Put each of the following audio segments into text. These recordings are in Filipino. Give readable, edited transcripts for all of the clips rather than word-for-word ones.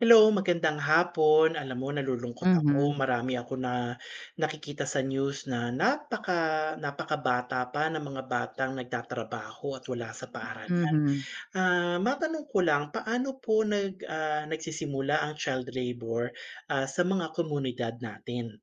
Hello, magandang hapon. Alam mo nalulungkot ako, Mhm, marami ako na nakikita sa news na napakabata pa ng mga batang nagtatrabaho at wala sa paaralan. mhm. Matanong ko lang, paano po nagsisimula ang child labor, sa mga komunidad natin?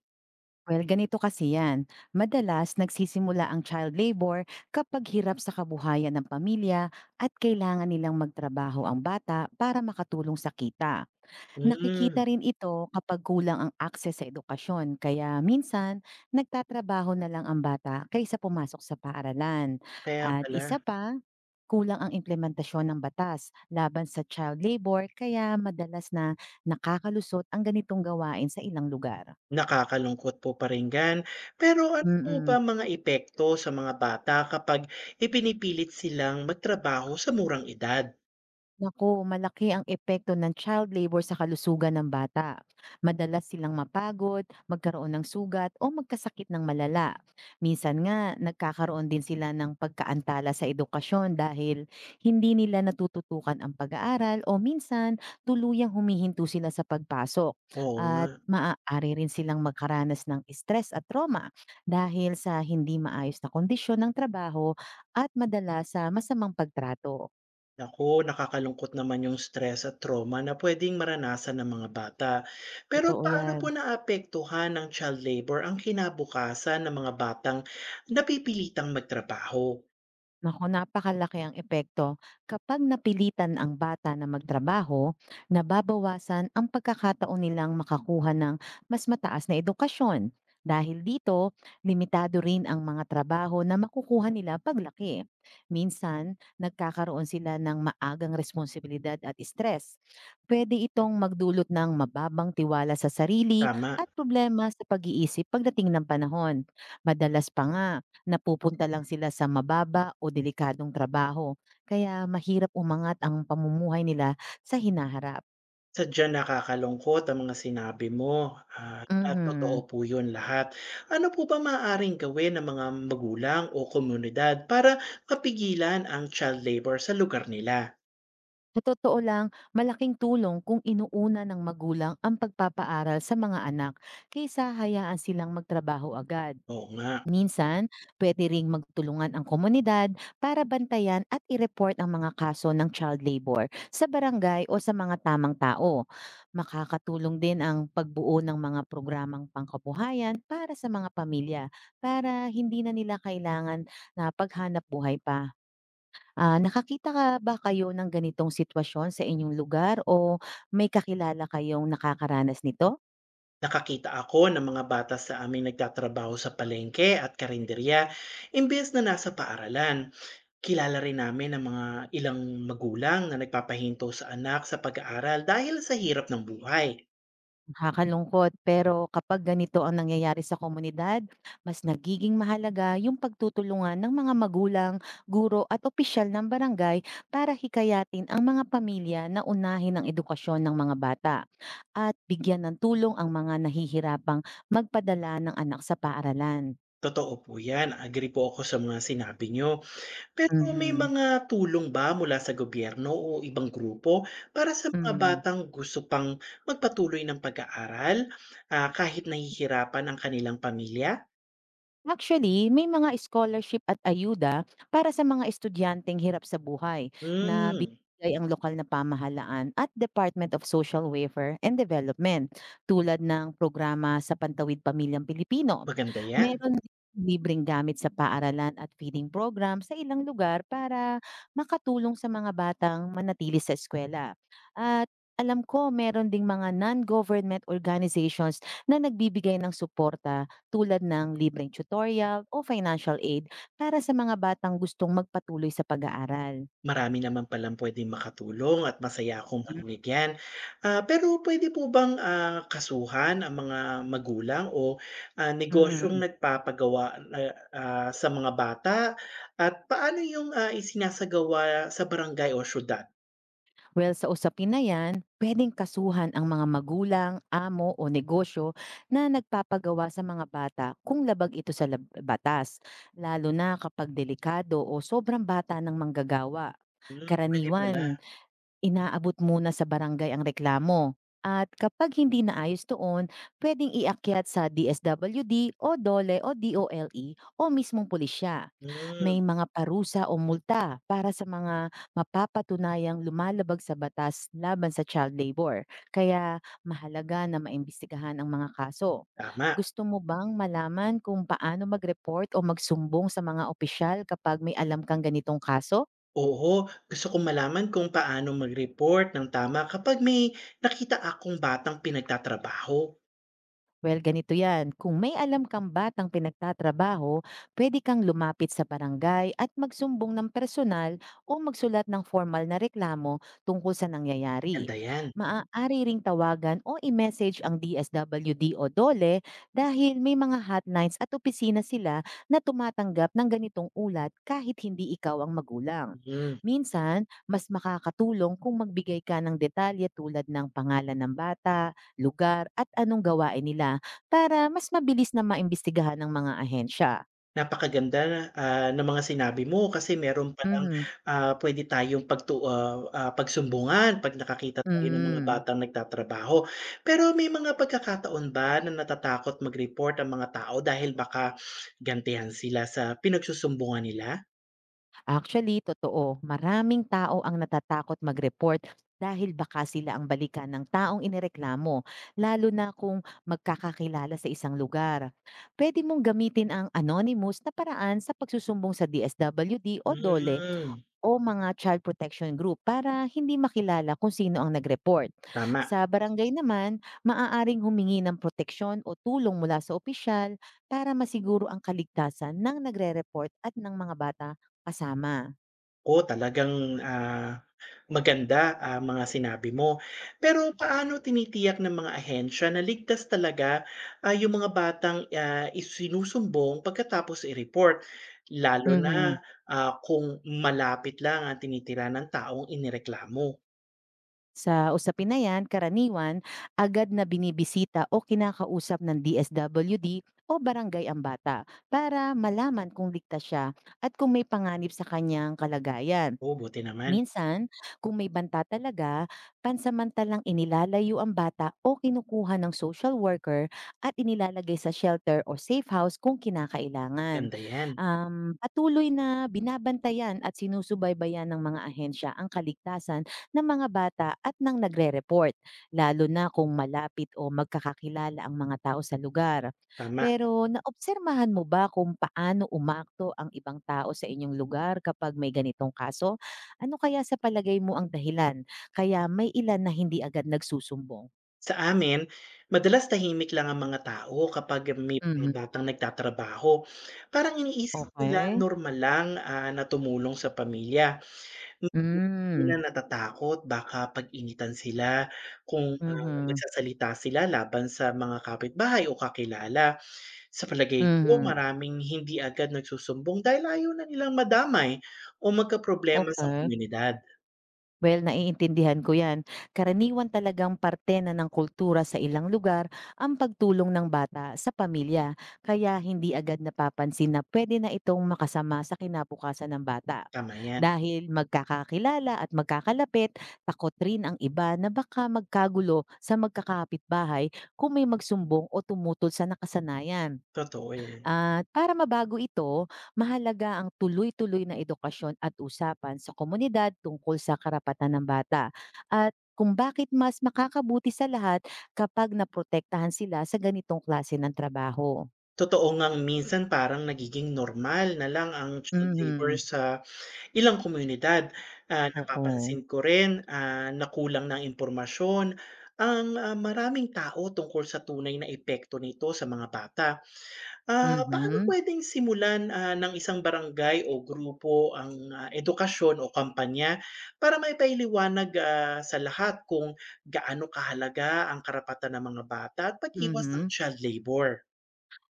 Well, ganito kasi yan. Madalas nagsisimula ang child labor kapag hirap sa kabuhayan ng pamilya at kailangan nilang magtrabaho ang bata para makatulong sa kita. Hmm, Nakikita rin ito kapag kulang ang akses sa edukasyon kaya minsan nagtatrabaho na lang ang bata kaysa pumasok sa paaralan. kaya At pala. isa pa, kulang ang implementasyon ng batas laban sa child labor kaya madalas na nakakalusot ang ganitong gawain sa ilang lugar. Nakakalungkot po pakinggan. Pero ano po ba Mm. mga epekto sa mga bata kapag ipinipilit silang magtrabaho sa murang edad? Naku, malaki ang epekto ng child labor sa kalusugan ng bata. Madalas silang mapagod, magkaroon ng sugat o magkasakit ng malala. Minsan nga, nagkakaroon din sila ng pagkaantala sa edukasyon dahil hindi nila natututukan ang pag-aaral o minsan tuluyang humihinto sila sa pagpasok. Oo nga. At maaari rin silang magkaranas ng stress at trauma dahil sa hindi maayos na kondisyon ng trabaho at madalas sa masamang pagtrato. Naku, nakakalungkot naman yung stress at trauma na puwedeng maranasan ng mga bata. Pero Totoo paano po yan. naapektuhan ng child labor ang kinabukasan ng mga batang napipilitang magtrabaho? Naku, napakalaki ang epekto. Kapag napilitan ang bata na magtrabaho, nababawasan ang pagkakataon nilang makakuha ng mas mataas na edukasyon. Dahil dito, limitado rin ang mga trabaho na makukuha nila paglaki. Minsan, nagkakaroon sila ng maagang responsibilidad at stress. Pwede itong magdulot ng mababang tiwala sa sarili Tama, at problema sa pag-iisip pagdating ng panahon. Madalas pa nga, napupunta lang sila sa mababa o delikadong trabaho, kaya mahirap umangat ang pamumuhay nila sa hinaharap. sadyang nakakalungkot ang mga sinabi mo, at totoo Mhm. po yun lahat. Ano po ba maaaring gawin ng mga magulang o komunidad para mapigilan ang child labor sa lugar nila? Sa totoo lang, malaking tulong kung inuuna ng magulang ang pagpapaaral sa mga anak kaysa hayaan silang magtrabaho agad. Oo nga. Minsan, pwede ring magtulungan ang komunidad para bantayan at i-report ang mga kaso ng child labor sa barangay o sa mga tamang tao. Makakatulong din ang pagbuo ng mga programang pangkabuhayan para sa mga pamilya para hindi na nila kailangan na paghanap buhay pa. Ah, nakakita ka ba kayo ng ganitong sitwasyon sa inyong lugar o may kakilala kayong nakakaranas nito? Nakakita ako ng mga bata sa aming nagtatrabaho sa palengke at karinderya, imbes na nasa paaralan. Kilala rin namin ang mga ilang magulang na nagpapahinto sa anak sa pag-aaral dahil sa hirap ng buhay. Nakakalungkot, pero kapag ganito ang nangyayari sa komunidad, mas nagiging mahalaga yung pagtutulungan ng mga magulang, guro at opisyal ng barangay para hikayatin ang mga pamilya na unahin ang edukasyon ng mga bata at bigyan ng tulong ang mga nahihirapang magpadala ng anak sa paaralan. Totoo po yan, agree po ako sa mga sinabi nyo. Pero may Mhm. mga tulong ba mula sa gobyerno o ibang grupo para sa mga Mhm. batang gusto pang magpatuloy ng pag-aaral kahit nahihirapan ang kanilang pamilya? Actually, may mga scholarship at ayuda para sa mga estudyanteng hirap sa buhay na Hmm, binibigay ang lokal na pamahalaan at Department of Social Welfare and Development tulad ng programa sa Pantawid Pamilyang Pilipino. maganda yan. Meron din libreng gamit sa paaralan at feeding program sa ilang lugar para makatulong sa mga batang manatili sa eskwela. At alam ko meron ding mga non-government organizations na nagbibigay ng suporta tulad ng libreng tutorial o financial aid para sa mga batang gustong magpatuloy sa pag-aaral. Marami naman palang puwedeng makatulong at masaya akong marinig yan. Pero pwede po bang, kasuhan ang mga magulang o, negosyong Mm. nagpapagawa na, sa mga bata at paano yung, isinasagawa sa barangay o siyudad? Well, sa usapin na yan, pwedeng kasuhan ang mga magulang, amo o negosyo na nagpapagawa sa mga bata kung labag ito sa batas, lalo na kapag delikado o sobrang bata ng manggagawa. Hmm, puwede pala. Karaniwan, inaabot muna sa barangay ang reklamo. At kapag hindi naayos doon, pwedeng iakyat sa DSWD o DOLE o DOLE o mismong pulisya. Hmm, May mga parusa o multa para sa mga mapapatunayang lumalabag sa batas laban sa child labor. Kaya mahalaga na maimbestigahan ang mga kaso. tama. Gusto mo bang malaman kung paano mag-report o magsumbong sa mga opisyal kapag may alam kang ganitong kaso? Oo, gusto kong malaman kung paano mag-report ng tama kapag may nakita akong batang pinagtatrabaho. Well, ganito yan. Kung may alam kang batang pinagtatrabaho, pwede kang lumapit sa barangay at magsumbong ng personal o magsulat ng formal na reklamo tungkol sa nangyayari. Ganda yan. Maaari ring tawagan o i-message ang DSWD o DOLE dahil may mga hotlines at opisina sila na tumatanggap ng ganitong ulat kahit hindi ikaw ang magulang. Hmm. Minsan, mas makakatulong kung magbigay ka ng detalye tulad ng pangalan ng bata, lugar at anong gawain nila para mas mabilis na maimbestigahan ng mga ahensya. Napakaganda, ng mga sinabi mo kasi meron palang, Mhm, puwede tayong pagsumbungan 'pag nakakita tayo ng mga mhm. batang nagtatrabaho. Pero may mga pagkakataon ba na natatakot mag-report ang mga tao dahil baka gantihan sila sa pinagsusumbungan nila? Actually, totoo, maraming tao ang natatakot mag-report dahil baka sila ang balikan ng taong inireklamo, lalo na kung magkakakilala sa isang lugar. Pwede mong gamitin ang anonymous na paraan sa pagsusumbong sa DSWD o DOLE Hmm, o mga child protection group para hindi makilala kung sino ang nag-report. tama. Sa barangay naman, maaaring humingi ng proteksyon o tulong mula sa opisyal para masiguro ang kaligtasan ng nagre-report at ng mga bata kasama. Oo, talagang, ah, maganda ang mga sinabi mo. Pero paano tinitiyak ng mga ahensya na ligtas talaga, yung mga batang, isinusumbong pagkatapos i-report? Lalo na, Mhm. Kung malapit lang ang tinitira ng taong inireklamo. Sa usapin na yan, karaniwan, agad na binibisita o kinakausap ng DSWD o barangay ang bata para malaman kung ligtas siya at kung may panganib sa kanyang kalagayan. Oh, buti naman, Minsan, kung may banta talaga, pansamantalang inilalayo ang bata o kinukuha ng social worker at inilalagay sa shelter o safe house kung kinakailangan. maganda 'yan, Patuloy na binabantayan at sinusubaybayan ng mga ahensya ang kaligtasan ng mga bata at ng nagre-report, lalo na kung malapit o magkakakilala ang mga tao sa lugar. tama. Pero naobsermahan mo ba kung paano umakto ang ibang tao sa inyong lugar kapag may ganitong kaso? Ano kaya sa palagay mo ang dahilan kaya may ilan na hindi agad nagsusumbong? Sa amin, madalas tahimik lang ang mga tao kapag may mga Mhm, batang nagtatrabaho. Parang iniisip nila okey. normal lang, na tumulong sa pamilya. Hindi na Hmm, natatakot baka pag-initan sila kung, mhm, nagsasalita sila laban sa mga kapitbahay o kakilala. Sa palagay ko mhm, maraming hindi agad nagsusumbong dahil ayaw na nilang madamay o magkaproblema sa okey. komunidad. Well, naiintindihan ko yan. Karaniwan talagang parte na ng kultura sa ilang lugar ang pagtulong ng bata sa pamilya, kaya hindi agad napapansin na pwede na itong makasama sa kinabukasan ng bata. Tama Dahil magkakakilala at magkakalapit, takot rin ang iba na baka magkagulo sa magkakapit bahay kung may magsumbong o tumutol sa nakasanayan. 'Yan. At para mabago ito, mahalaga ang tuloy-tuloy na edukasyon at usapan sa komunidad tungkol sa karapatan ng bata at kung bakit mas makakabuti sa lahat kapag naprotektahan sila sa ganitong klase ng trabaho. Totoo ngang minsan parang nagiging normal na lang ang child labor Mhm. sa ilang komunidad, Oo. napapansin ko rin, na kulang ng impormasyon ang, maraming tao tungkol sa tunay na epekto nito sa mga bata. Paano Mhm. puwedeng simulan, ng isang barangay o grupo ang, edukasyon o kampanya para may maipaliwanag, sa lahat kung gaano kahalaga ang karapatan ng mga bata at pag-iwas ng Mhm. child labor?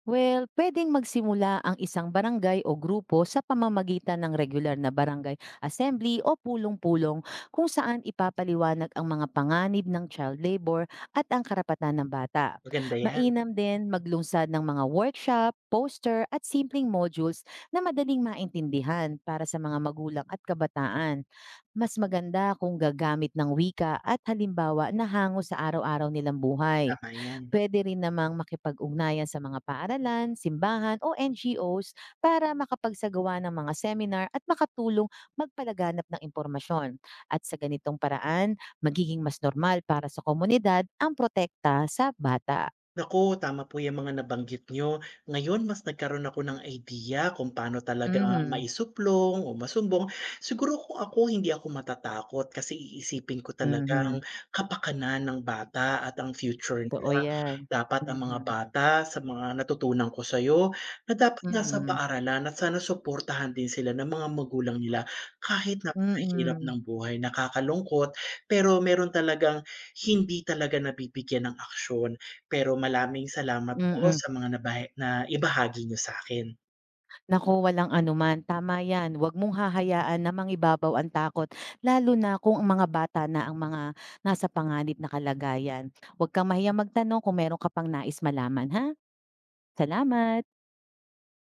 Well, pwedeng magsimula ang isang barangay o grupo sa pamamagitan ng regular na barangay assembly o pulong-pulong kung saan ipapaliwanag ang mga panganib ng child labor at ang karapatan ng bata. Maganda 'yan, Mainam din maglungsad ng mga workshop, poster at simpleng modules na madaling maintindihan para sa mga magulang at kabataan. Mas maganda kung gagamit ng wika at halimbawa na hango sa araw-araw nilang buhay. tama 'yan. Puwede rin namang makipag-ugnayan sa mga paaralan, simbahan o NGOs para makapagsagawa ng mga seminar at makatulong magpalaganap ng impormasyon. At sa ganitong paraan, magiging mas normal para sa komunidad ang protekta sa bata. Naku, tama po 'yang mga nabanggit niyo. Ngayon mas nagkaroon ako ng idea kung paano talaga Mhm, maisuplong o masumbong. Siguro kung ako, hindi ako matatakot kasi iisipin ko talagang mhm, kapakanan ng bata at ang future totoo nila. yan. Dapat ang mga Mhm, bata sa mga natutunan ko sa'yo na dapat nasa mhm, paaralan at sana suportahan din sila ng mga magulang nila kahit napakahirap mm, ng buhay, nakakalungkot, pero meron talagang hindi talaga nabibigyan ng aksyon. Pero maraming salamat po mm. sa mga naibahagi niyo sa akin Naku, walang anuman. Tama 'yan, 'wag mong hahayaan na mangibabaw ang takot, lalo na kung ang mga bata na ang mga nasa panganib na kalagayan. 'Wag kang mahiyang magtanong kung meron ka pang nais malaman, ha? Salamat.